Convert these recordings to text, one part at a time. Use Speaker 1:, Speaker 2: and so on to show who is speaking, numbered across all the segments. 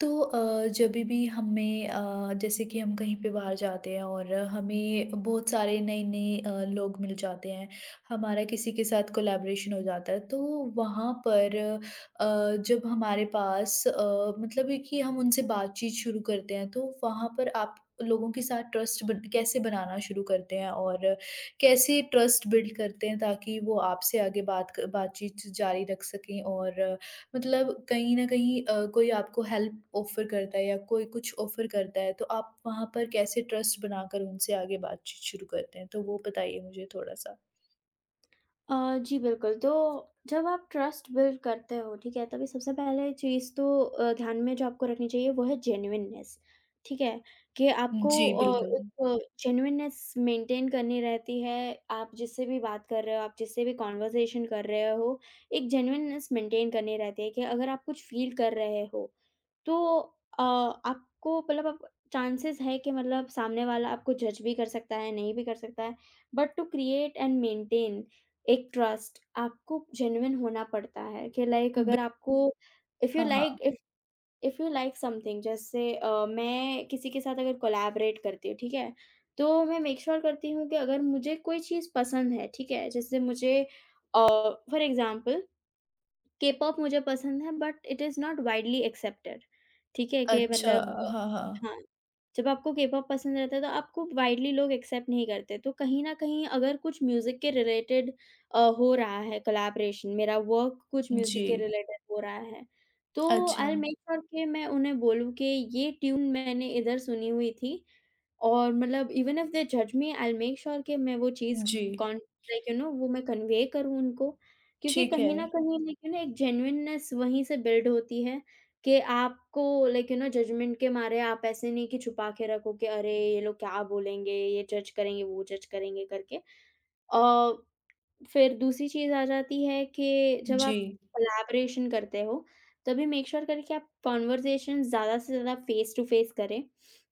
Speaker 1: जब भी हमें जैसे कि हम कहीं पे बाहर जाते हैं और हमें बहुत सारे नए नए अ, लोग मिल जाते हैं, हमारा किसी के साथ कोलैबोरेशन हो जाता है तो वहाँ पर जब हमारे पास मतलब है कि हम उनसे बातचीत शुरू करते हैं तो वहाँ पर आप लोगों के साथ कैसे बनाना शुरू करते हैं और कैसे ट्रस्ट बिल्ड करते हैं ताकि वो आपसे आगे बातचीत जारी रख सकें और मतलब कहीं न कहीं कोई आपको हेल्प ऑफ़र करता है या कोई कुछ ऑफ़र करता है, तो आप वहाँ पर कैसे ट्रस्ट बनाकर उनसे आगे बातचीत शुरू करते हैं? तो वो बताइए मुझे थोड़ा-सा।
Speaker 2: अ, जी बिल्कुल, तो जब आप ट्रस्ट बिल्ड करते हो, ठीक है? तभी सबसे पहले चीज़ तो ध्यान में जो आपको रखनी चाहिए वो है जेन्युइननेस, ठीक है? कि आपको
Speaker 1: जी, बिल्कुल।
Speaker 2: एक जेन्युइननेस मेंटेन करनी रहती है, आप जिससे भी बात कर रहे हो, आप जिससे भी कन्वर्सेशन कर रहे हो, एक जेन्युइननेस मेंटेन करनी रहती है कि अगर आप कुछ फ़ील कर रहे हो तो आपको मतलब आप चांसेस है कि मतलब सामने वाला आपको जज भी कर सकता है, नहीं भी कर सकता है, but to create and maintain एक ट्रस्ट आपको जेन्युइन होना पड़ता है कि लाइक
Speaker 1: बि
Speaker 2: अगर आपको इफ़ यू
Speaker 1: हाँ,
Speaker 2: लाइक
Speaker 1: हाँ।
Speaker 2: If if you like something जैसे मैं किसी के साथ अगर कोलैबोरेट करती हूँ, ठीक है? तो मैं मेक श्योर करती हूँ कि अगर मुझे कोई चीज़ पसंद है, ठीक है? जैसे मुझे अ, फॉर एग्ज़ाम्पल के-पॉप मुझे पसंद है but it is not widely accepted, ठीक है? कि
Speaker 1: अच्छा,
Speaker 2: मतलब
Speaker 1: हाँ, हाँ।
Speaker 2: हाँ। जब आपको के-पॉप पसंद रहता है तो आपको वाइडली लोग एक्सेप्ट नहीं करते। तो कहीं न कहीं अगर कुछ म्यूज़िक के रिलेटेड हो रहा है कोलैबोरेशन मेरा वर्क कुछ
Speaker 1: जी।
Speaker 2: म्यूज़िक के रिलेटेड हो रहा है, तो आई
Speaker 1: अच्छा।
Speaker 2: विल मेक श्योर कि मैं उन्हें बोलूँ कि ये ट्यून मैंने इधर सुनी हुई थी और मतलब इवन इफ दे जज me I will make sure कि मैं वो चीज़
Speaker 1: जी।
Speaker 2: कॉन लाइक यू नो वो मैं कन्वे करूँ उनको। क्योंकि
Speaker 1: ठीक है।
Speaker 2: कहीं न कहीं लाइक यू नो एक जेन्युइननेस वहीं से बिल्ड होती है कि आपको लाइक यू नो जजमेंट के मारे आप ऐसे नहीं कि छुपा के रखो कि अरे ये लोग क्या बोलेंगे, ये जज करेंगे, वो जज करेंगे करके। अ, फिर दूसरी चीज़ आ जाती है कि जब
Speaker 1: जी।
Speaker 2: आप कोलैबोरेशन करते हो, तभी मेक श्योर करें कि आप कन्वर्सेशन ज़्यादा से ज़्यादा फेस टू फेस करें,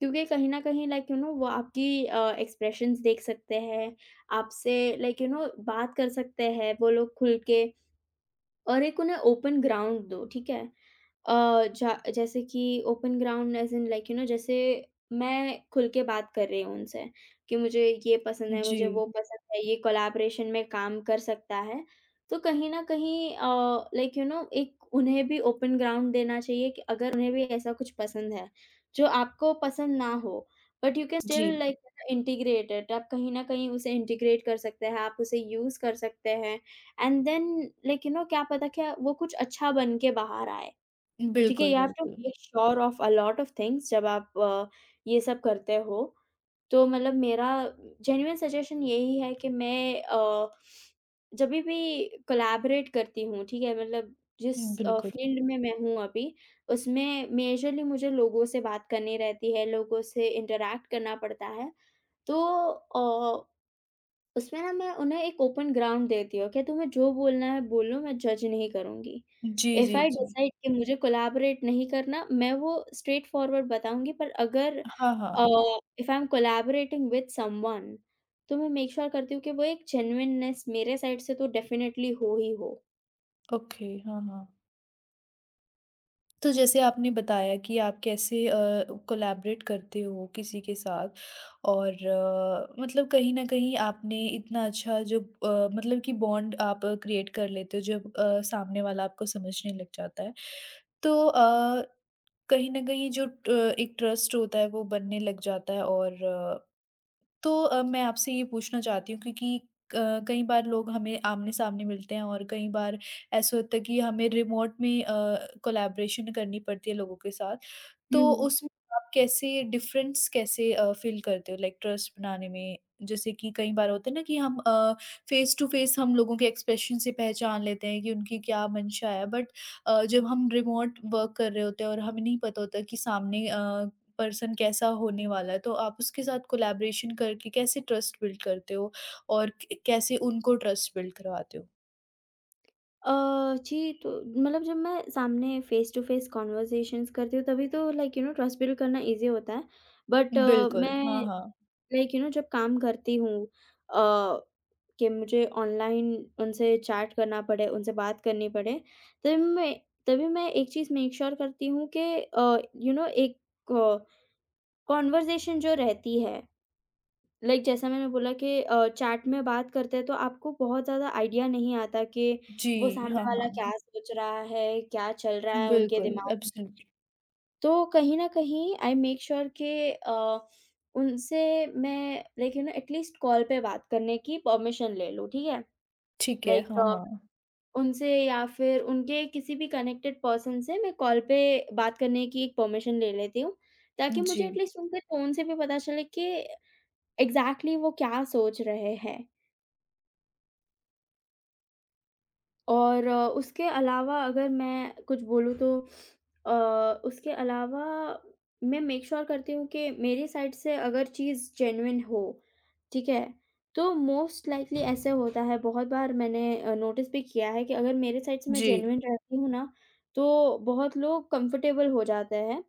Speaker 2: क्योंकि कहीं न कहीं लाइक यू नो वो आपकी एक्सप्रेशंस देख सकते हैं, आपसे लाइक यू नो बात कर सकते हैं वो लोग खुल के और एक उन्हें ओपन ग्राउंड दो, ठीक है? अ, जा जैसे कि open ground as in like you know जैसे मैं खुल के बात कर रही हूँ उनसे कि मुझे ये पसंद है,
Speaker 1: जी।
Speaker 2: मुझे वो पसंद है, ये कोलैबोरेशन में काम कर सकता है। तो कहीं न कहीं लाइक यू नो एक उन्हें भी ओपन ग्राउंड देना चाहिए कि अगर उन्हें भी ऐसा कुछ पसंद है, जो आपको पसंद ना हो, बट यू कैन स्टिल
Speaker 1: जी।
Speaker 2: लाइक इंटीग्रेट इट आप कहीं न कहीं उसे इंटीग्रेट कर सकते हैं, आप उसे यूज़ कर सकते हैं and then like you know क्या पता क्या वो कुछ अच्छा बन के बाहर आए। ठीक है,
Speaker 1: बिल्कुल,
Speaker 2: यू हैव टू
Speaker 1: बिल्कुल।
Speaker 2: Make sure of a lot of things जब आप ये सब करते हो, तो मतलब मेरा जेन्युइन सजेशन यही है कि मैं जभी भी कोलैबोरेट करती हूँ, ठीक है? मतलब जिस
Speaker 1: बिल्कुल।
Speaker 2: फील्ड में मैं हूँ अभी, उसमें मेजरली मुझे लोगों से बात करनी रहती है, लोगों से इंटरैक्ट करना पड़ता है, तो अ उसमें ना मैं उन्हें एक ओपन ग्राउंड देती हूँ कि तुम्हें जो बोलना है बोलो, मैं जज नहीं करूँगी।
Speaker 1: जी,
Speaker 2: if
Speaker 1: ji,
Speaker 2: I hmm.
Speaker 1: Ji.
Speaker 2: Decide कि मुझे कोलैबोरेट नहीं करना, मैं वो स्ट्रेट फॉरवर्ड बताऊँगी पर अगर
Speaker 1: हाँ,
Speaker 2: अ,
Speaker 1: हाँ।
Speaker 2: If I am collaborating with someone तो मैं मेक श्योर करती हूँ कि वो एक जेन्युइननेस मेरे साइड से तो डेफ़िनेटली हो ही हो।
Speaker 1: ओके। हाँ, हाँ। तो जैसे आपने बताया कि आप कैसे कोलैबोरेट करते हो किसी के साथ और मतलब कहीं न कहीं आपने इतना अच्छा जो मतलब कि बॉन्ड आप क्रिएट कर लेते हो जब सामने वाला आपको समझने लग जाता है। तो अ, कहीं न कहीं जो ट एक ट्रस्ट होता है वो बनने लग जाता है और मैं आपसे ये पूछना चाहती हूँ क्योंकि अ, कई बार लोग हमें आमने-सामने मिलते हैं और कई बार ऐसा होता है कि हमें रिमोट में कोलैबोरेशन करनी पड़ती है लोगों के साथ।
Speaker 2: हुँ,
Speaker 1: तो
Speaker 2: हुँ।
Speaker 1: उसमें आप कैसे डिफरेंस फ़ील करते हो लाइक ट्रस्ट बनाने में? जैसे कि कई बार होता है ना कि हम फ़ेस टू फ़ेस हम लोगों के एक्सप्रेशन से पहचान लेते हैं कि उनकी क्या मंशा है, बट जब हम रिमोट वर्क कर रहे होते हैं और हमें नहीं पता होता कि सामने पर्सन कैसा होने वाला है, तो आप उसके साथ कोलैबोरेशन करके कैसे ट्रस्ट बिल्ड करते हो और क कैसे उनको ट्रस्ट बिल्ड करवाते हो?
Speaker 2: अ, जी, तो मतलब जब मैं सामने फ़ेस टू फ़ेस कन्वर्सेशंस करती हूँ तभी तो like you know trust build करना ईज़ी होता है। बट
Speaker 1: बिल्कुल,
Speaker 2: मैं
Speaker 1: हाँ, हाँ।
Speaker 2: लाइक यू नो जब काम करती हूँ अ, कि मुझे ऑनलाइन उनसे चैट करना पड़े, उनसे बात करनी पड़े, तभी मैं तभी मैं एक चीज़ मेक श्योर करती हूँ कि यू नो एक कॉन्वर्सेशन जो रहती है, लाइक जैसा मैंने बोला कि चैट में बात करते हैं तो आपको बहुत ज़्यादा आइडिया नहीं आता कि वो
Speaker 1: जी,
Speaker 2: सामने
Speaker 1: हाँ,
Speaker 2: वाला
Speaker 1: हाँ।
Speaker 2: क्या सोच रहा है, क्या चल रहा है उनके हुँ।
Speaker 1: बिल्कुल,
Speaker 2: दिमाग।
Speaker 1: एब्सोल्यूटली।
Speaker 2: तो कहीं न कहीं आई मेक श्योर के उनसे मैं like you know at least call पे बात करने की परमिशन ले लूँ, ठीक है?
Speaker 1: ठीक है,
Speaker 2: लाइक
Speaker 1: हाँ, हाँ।
Speaker 2: उनसे या फिर उनके किसी भी कनेक्टेड पर्सन से मैं कॉल पे बात करने की एक परमिशन ले लेती हूँ, ताकि मुझे
Speaker 1: जी।
Speaker 2: एटलीस्ट उनके टोन से भी पता चले कि एग्ज़ैक्टली वो क्या सोच रहे हैं। और उसके अलावा अगर मैं कुछ बोलूँ तो उसके अलावा मैं मेक श्योर करती हूँ कि मेरी साइड से अगर चीज़ जेन्युइन हो, ठीक है? तो मोस्ट लाइकली ऐसे होता है बहुत बार मैंने नोटिस भी किया है कि अगर मेरे साइड से मैं
Speaker 1: जी,
Speaker 2: जेन्युइन रहती हूँ ना, तो बहुत लोग कंफर्टेबल हो जाते हैं।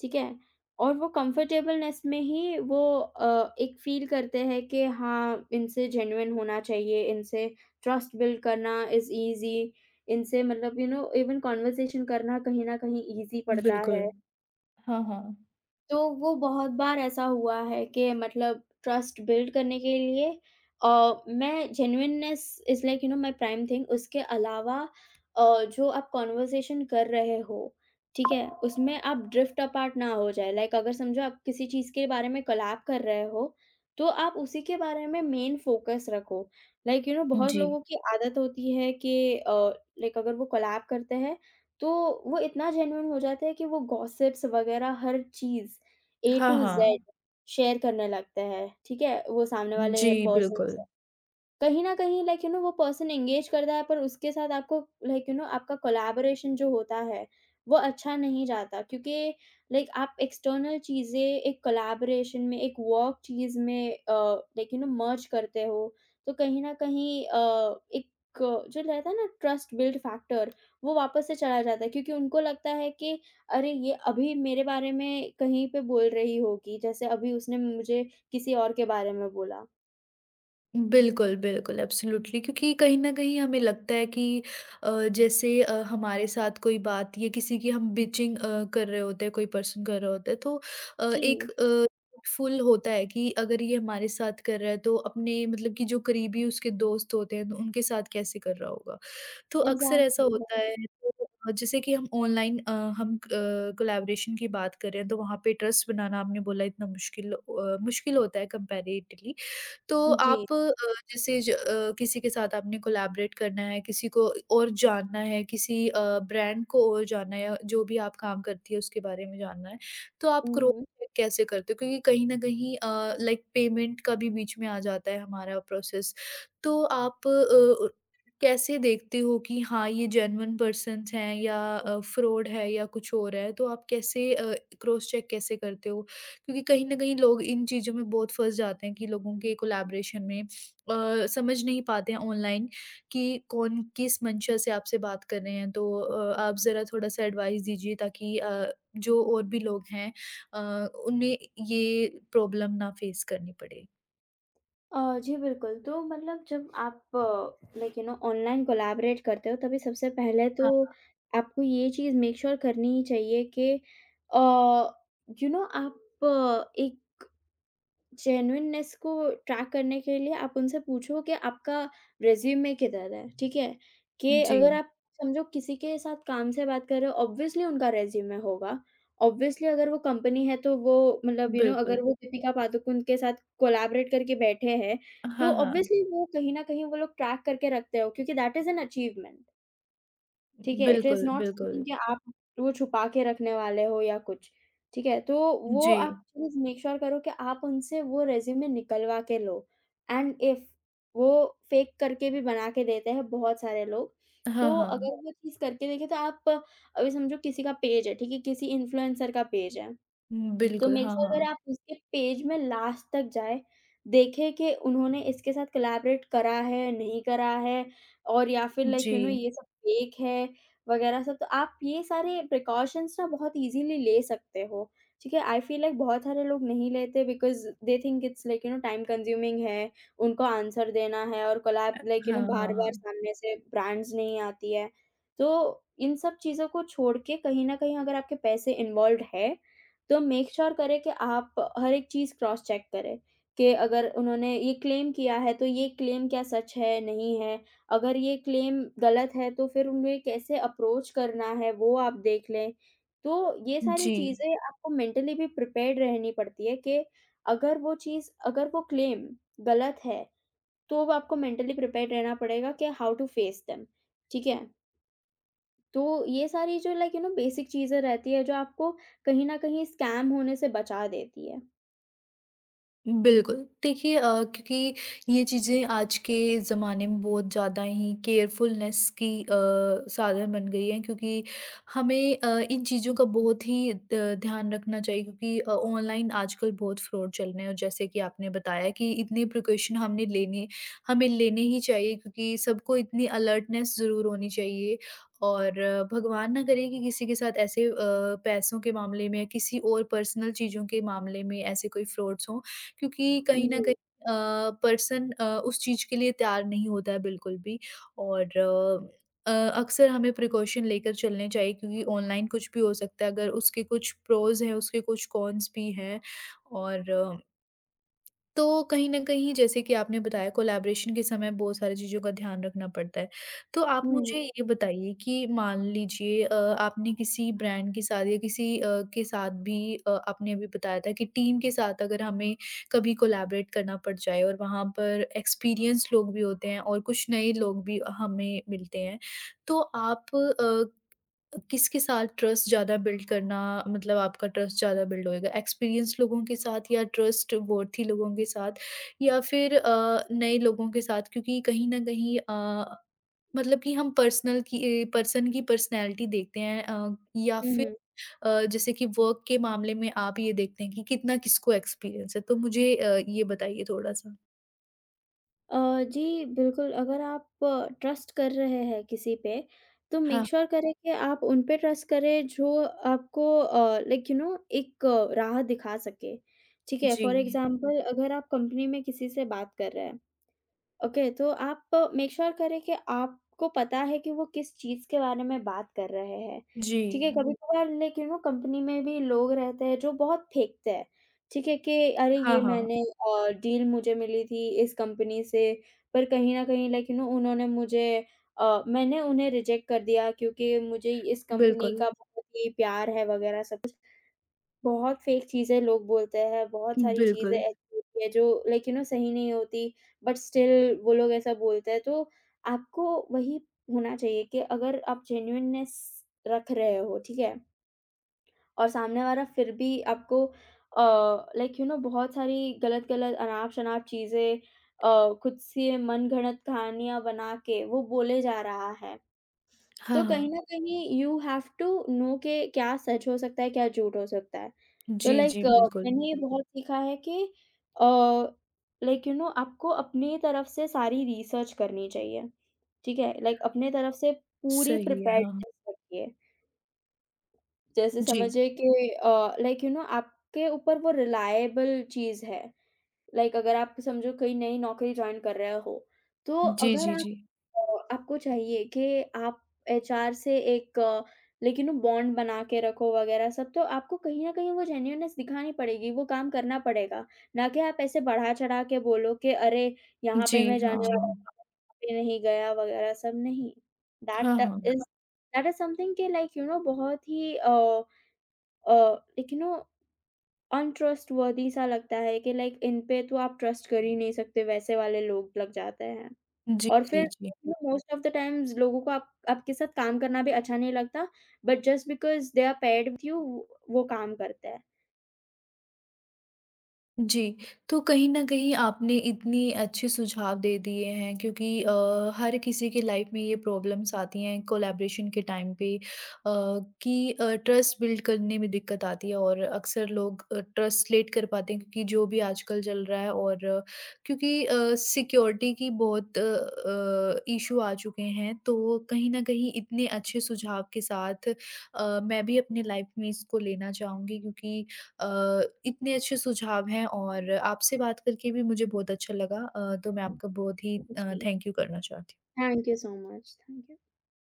Speaker 2: ठीक है? और वो कम्फ़र्टेबलनेस में ही वो एक फ़ील करते हैं कि हाँ, इनसे जेन्युइन होना चाहिए, इनसे ट्रस्ट बिल्ड करना इज़ ईज़ी, इनसे मतलब यू नो इवन कन्वर्सेशन करना कहीं न कहीं ईज़ी पड़ता
Speaker 1: बिल्कुल।
Speaker 2: है।
Speaker 1: हाँ, हाँ।
Speaker 2: तो वो बहुत बार ऐसा हुआ है कि मतलब ट्रस्ट बिल्ड करने के लिए अ, मैं genuineness is like you know my prime thing उसके अलावा जो आप कॉन्वर्सेशन कर रहे हो, ठीक है? उसमें आप ड्रिफ्ट अपार्ट ना हो जाए। लाइक अगर समझो आप किसी चीज़ के बारे में कोलैब कर रहे हो, तो आप उसी के बारे में मेन फोकस रखो। लाइक यू नो बहुत
Speaker 1: जी।
Speaker 2: लोगों की आदत होती है कि लाइक अगर वो कोलैब करते हैं, तो वो इतना जेन्युइन हो जाते हैं कि वो गॉसिप्स वगैरह हर चीज़ ए
Speaker 1: हाँ,
Speaker 2: टू ज़ेड
Speaker 1: हाँ।
Speaker 2: शेयर करने लगते हैं, ठीक है? वो सामने
Speaker 1: जी,
Speaker 2: वाले पर्सन
Speaker 1: बिल्कुल।
Speaker 2: से। कहीं न कहीं लाइक यू नो वो पर्सन एंगेज करता है पर उसके साथ आपको लाइक यू नो आपका कोलैबोरेशन जो होता है, वो अच्छा नहीं जाता क्योंकि लाइक आप एक्सटर्नल चीज़ें एक कोलैबोरेशन में, एक वर्क चीज़ में लाइक यू नो मर्ज करते हो, तो कहीं न कहीं एक जो रहता है ना ट्रस्ट बिल्ड फैक्टर वो वापस से चला जाता है क्योंकि उनको लगता है कि अरे ये अभी मेरे बारे में कहीं पे बोल रही होगी, जैसे अभी उसने मुझे किसी और के बारे में बोला।
Speaker 1: बिल्कुल, बिल्कुल, एब्सोल्यूटली क्योंकि कहीं न कहीं हमें लगता है कि अ, जैसे हमारे साथ कोई बात या किसी की हम बिचिंग कर रहे होते हैं, कोई पर्सन कर रहा होता है तो अ,
Speaker 2: जी।
Speaker 1: एक अ, फुल होता है कि अगर ये हमारे साथ कर रहा है तो अपने मतलब कि जो करीबी उसके दोस्त होते हैं, तो उनके साथ कैसे कर रहा होगा। तो अक्सर ऐसा
Speaker 2: एग्ज़ैक्टली
Speaker 1: होता
Speaker 2: वही।
Speaker 1: है तो जैसे कि हम ऑनलाइन हम अ, कोलैबोरेशन की बात करें तो वहाँ पे ट्रस्ट बनाना आपने बोला, मुश्किल होता है कंपैरेटिवली। तो
Speaker 2: जी।
Speaker 1: आप अ, जैसे किसी के साथ आपने कोलैबोरेट करना है, किसी को और जानना है, किसी ब्रांड को और जानना है या जो भी आप काम करती है उसके बारे में जानना है, तो आप
Speaker 2: हुँ,
Speaker 1: क्रॉस
Speaker 2: हुँ।
Speaker 1: चेक कैसे करते हो? क्योंकि कहीं न कहीं लाइक पेमेंट का भी बीच में आ जाता है हमारा प्रोसेस। तो आप कैसे देखते हो कि हाँ, ये जेन्युइन पर्सन्स हैं या फ्रॉड है या कुछ और है? तो आप कैसे अ, क्रॉस चेक कैसे करते हो? क्योंकि कहीं न कहीं लोग इन चीज़ों में बहुत फँस जाते हैं कि लोगों के कोलैबोरेशन में समझ नहीं पाते हैं ऑनलाइन कि कौन किस मंशा से आपसे बात कर रहे हैं। तो आप ज़रा थोड़ा-सा एडवाइस दीजिए ताकि जो और भी लोग हैं उन्हें ये प्रॉब्लम ना फेस करनी पड़े।
Speaker 2: जी बिल्कुल, तो मतलब जब आप like you know online collaborate करते हो तभी सबसे पहले तो
Speaker 1: हाँ।
Speaker 2: आपको ये चीज़ मेक श्योर करनी ही चाहिए कि अ, यू नो आप एक जेन्युइननेस को ट्रैक करने के लिए आप उनसे पूछो कि आपका रिज़्यूमे किधर है, ठीक है? कि
Speaker 1: जी,
Speaker 2: अगर आप समझो किसी के साथ काम से बात कर रहे हो, ऑब्वियसली उनका रिज़्यूमे होगा। ऑब्वियसली अगर वो कंपनी है तो वो मतलब यू नो अगर
Speaker 1: बिल्कुल।
Speaker 2: वो दीपिका पादुकोण के साथ कोलैबोरेट करके बैठे हैं, तो
Speaker 1: हाँ, हाँ।
Speaker 2: ऑब्वियसली वो कहीं न कहीं वो लोग ट्रैक करके रखते हो क्योंकि दैट इज़ एन अचीवमेंट। ठीक है? इट इज़
Speaker 1: बिल्कुल,
Speaker 2: नॉट समथिंग
Speaker 1: बिल्कुल।
Speaker 2: कि आप वो छुपा के रखने वाले हो या कुछ, ठीक है? तो वो
Speaker 1: जी।
Speaker 2: आप प्लीज़ मेक श्योर करो कि आप उनसे वो रिज़्यूमे निकलवा के लो एंड इफ वो फेक करके भी बना के देते हैं बहुत सारे लोग,
Speaker 1: हाँ,
Speaker 2: तो
Speaker 1: हाँ।
Speaker 2: अगर वो चीज़ करके देखें तो आप अभी समझो किसी का पेज है, ठीक है? किसी इन्फ्लुएंसर का पेज है। तो
Speaker 1: बिल्कुल,
Speaker 2: मेक
Speaker 1: हाँ,
Speaker 2: श्योर अगर
Speaker 1: हाँ।
Speaker 2: आप उसके पेज में लास्ट तक जाएँ, देखें कि उन्होंने इसके साथ कोलैबोरेट करा है, नहीं करा है और या फिर लाइक
Speaker 1: जी।
Speaker 2: यू नो ये सब फेक है वगैरह सब। तो आप ये सारे प्रिकॉशंस ना बहुत ईज़िली ले सकते हो, ठीक है? आई फ़ील लाइक बहुत सारे लोग नहीं लेते because they think it's like you know time consuming है, उनको आंसर देना है और कोलैब
Speaker 1: अ,
Speaker 2: लाइक यू
Speaker 1: हाँ,
Speaker 2: नो
Speaker 1: हाँ, हाँ।
Speaker 2: बार-बार सामने से ब्रांड्स नहीं आती है। तो इन सब चीज़ों को छोड़ के कहीं न कहीं अगर आपके पैसे इन्वॉल्व्ड है तो मेक श्योर करें कि आप हर एक चीज़ क्रॉस चेक करें कि अगर उन्होंने ये क्लेम किया है, तो ये क्लेम क्या सच है, नहीं है? अगर ये क्लेम गलत है, तो फिर उन्हें कैसे अप्रोच करना है, वो आप देख लें। तो ये सारी
Speaker 1: जी।
Speaker 2: चीज़ें आपको मेंटली भी प्रिपेयर्ड रहनी पड़ती है कि अगर वो क्लेम गलत है, तो वो आपको मेंटली प्रिपेयर्ड रहना पड़ेगा कि हाउ टू फेस देम, ठीक है? तो ये सारी जो लाइक यू नो बेसिक चीज़ें रहती है जो आपको कहीं न कहीं स्कैम होने से बचा देती है।
Speaker 1: बिल्कुल। देखिए, क्योंकि ये चीज़ें आज के ज़माने में बहुत ज़्यादा ही केयरफुलनेस की साधन बन गई हैं, क्योंकि हमें इन चीज़ों का बहुत ही द ध्यान रखना चाहिए क्योंकि ऑनलाइन आजकल बहुत फ्रॉड चल रहे हैं और जैसे कि आपने बताया कि इतने प्रिकॉशन हमने लेने हमें लेने ही चाहिए, क्योंकि सबको इतनी अलर्टनेस ज़रूर होनी चाहिए और भगवान ना करे कि किसी के साथ ऐसे पैसों के मामले में या किसी और पर्सनल चीज़ों के मामले में ऐसे कोई फ्रॉड्स हों। क्योंकि कहीं न
Speaker 2: जी।
Speaker 1: कहीं अ, पर्सन उस चीज़ के लिए तैयार नहीं होता है बिल्कुल भी और अक्सर हमें प्रिकॉशन लेकर चलने चाहिए क्योंकि ऑनलाइन कुछ भी हो सकता है, अगर उसके कुछ प्रोज़ हैं, उसके कुछ कॉन्स भी हैं और तो कहीं न कहीं जैसे कि आपने बताया कोलैबोरेशन के समय बहुत सारी चीज़ों का ध्यान रखना पड़ता है। तो आप
Speaker 2: हुँ।
Speaker 1: मुझे ये बताइए कि मान लीजिए आपने किसी ब्रांड के साथ या किसी के साथ भी आपने अभी बताया था कि टीम के साथ अगर हमें कभी कोलैबोरेट करना पड़ जाए और वहाँ पर एक्सपीरियंस लोग भी होते हैं और कुछ नए लोग भी हमें मिलते हैं। तो आप किसके साथ ट्रस्ट ज़्यादा बिल्ड करना मतलब आपका ट्रस्ट ज़्यादा बिल्ड होएगा, एक्सपीरियंस्ड लोगों के साथ या ट्रस्टवर्थी लोगों के साथ या फिर नए लोगों के साथ? क्योंकि कहीं न कहीं मतलब कि हम पर्सनल की ए पर्सन की पर्सनैलिटी देखते हैं या
Speaker 2: हुँ,
Speaker 1: फिर
Speaker 2: हुँ।
Speaker 1: जैसे कि वर्क के मामले में आप ये देखते हैं कि कितना किसको एक्सपीरियंस है। तो मुझे ये बताइए थोड़ा-सा?
Speaker 2: जी बिल्कुल, अगर आप ट्रस्ट कर रहे हैं किसी पे, तो मेक
Speaker 1: हाँ।
Speaker 2: श्योर करें कि आप उन पे ट्रस्ट करें जो आपको लाइक यू नो एक राह दिखा सके, ठीक है? फॉर
Speaker 1: जी,
Speaker 2: एग्ज़ाम्पल अगर आप कंपनी में किसी से बात कर रहे हैं ओके, तो आप मेक श्योर करें कि आपको पता है कि वो किस चीज़ के बारे में बात कर रहे हैं,
Speaker 1: जी।
Speaker 2: ठीक है? हुँ। कभी-कभार लेकिन वो कंपनी में भी लोग रहते हैं जो बहुत फेंकते हैं, ठीक है? कि अरे
Speaker 1: हाँ,
Speaker 2: ये
Speaker 1: हाँ।
Speaker 2: मैंने डील मुझे मिली थी इस कंपनी से, पर कहीं न कहीं लाइक यू नो उन्होंने मुझे मैंने उन्हें रिजेक्ट कर दिया क्योंकि मुझे इस कंपनी
Speaker 1: बिल्कुल,
Speaker 2: का बहुत ही प्यार है वगैरह सब बहुत फ़ेक चीज़ें लोग बोलते हैं, बहुत सारी चीज़ें
Speaker 1: बिल्कुल।
Speaker 2: ऐसी होती है जो लाइक यू नो सही नहीं होती, बट स्टिल वो लोग ऐसा बोलते हैं। तो आपको वही होना चाहिए कि अगर आप जेन्युइननेस रख रहे हो, ठीक है? और सामने वाला फिर भी आपको अ, लाइक यू नो बहुत सारी गलत-गलत, अनाप-शनाप चीज़ें खुद से मनगढ़ंत कहानियाँ बना के वो बोले जा रहा है। तो
Speaker 1: हाँ,
Speaker 2: कहीं न
Speaker 1: हाँ।
Speaker 2: कहीं यू हैव टू नो के क्या सच हो सकता है, क्या झूठ हो सकता है। तो
Speaker 1: जी, जी,
Speaker 2: लाइक
Speaker 1: बिल्कुल।
Speaker 2: मैंने ये बहुत सीखा है कि अ, लाइक यू नो आपको अपनी तरफ से सारी रिसर्च करनी चाहिए, ठीक है? लाइक अपने तरफ से पूरी
Speaker 1: सही है, हाँ।
Speaker 2: प्रिपेयर्डनेस रखिए। जैसे
Speaker 1: जी।
Speaker 2: समझिए कि लाइक यू नो आपके ऊपर वो रिलाएबल चीज़ है। लाइक अगर आप समझो कहीं नई नौकरी जॉइन कर रहे हो, तो
Speaker 1: जी,
Speaker 2: अगर
Speaker 1: जी,
Speaker 2: आप
Speaker 1: जी।
Speaker 2: अ, आपको चाहिए कि आप एचआर से एक लेकिन वो बॉन्ड बना के रखो वगैरह सब तो आपको कहीं न कहीं वो जेन्युइननेस दिखानी पड़ेगी, वो काम करना पड़ेगा। ना कि आप ऐसे बढ़ा-चढ़ा के बोलो कि अरे! यहाँ पे
Speaker 1: जी,
Speaker 2: मैं
Speaker 1: हाँ,
Speaker 2: जाने
Speaker 1: हाँ।
Speaker 2: वाला था, यहाँ पे नहीं गया वगैरह सब नहीं। दैट
Speaker 1: हाँ, हाँ।
Speaker 2: इज़, हाँ, दैट इज़ समथिंग कि लाइक यू नो बहुत ही uh, like you know untrustworthy सा लगता है कि लाइक इन पे तो आप ट्रस्ट कर ही नहीं सकते, वैसे वाले लोग लग जाते हैं।
Speaker 1: जी,
Speaker 2: और
Speaker 1: जी,
Speaker 2: फिर
Speaker 1: जी।
Speaker 2: मोस्ट ऑफ द टाइम्स लोगों को आप आपके साथ काम करना भी अच्छा नहीं लगता, but just because they are paired with you वो काम करते हैं।
Speaker 1: जी, तो कहीं न कहीं आपने इतनी अच्छे सुझाव दे दिए हैं क्योंकि हर किसी के लाइफ़ में ये प्रॉब्लम्स आती हैं कोलैबोरेशन के टाइम पे, कि ट्रस्ट बिल्ड करने में दिक्कत आती है और अक्सर लोग ट्रस्टलेट कर पाते हैं क्योंकि जो भी आजकल चल रहा है और क्योंकि सिक्योरिटी की बहुत इश्यू आ चुके हैं, तो कहीं न कहीं इतने अच्छे सुझाव के साथ मैं भी अपने लाइफ़ में इसको लेना चाहूँगी क्योंकि अ, इतने अच्छे सुझाव हैं और आपसे बात करके भी मुझे बहुत अच्छा लगा। तो मैं आपका बहुत ही
Speaker 2: जी,
Speaker 1: थैंक यू करना चाहती हूँ।
Speaker 2: Thank you so much, thank you.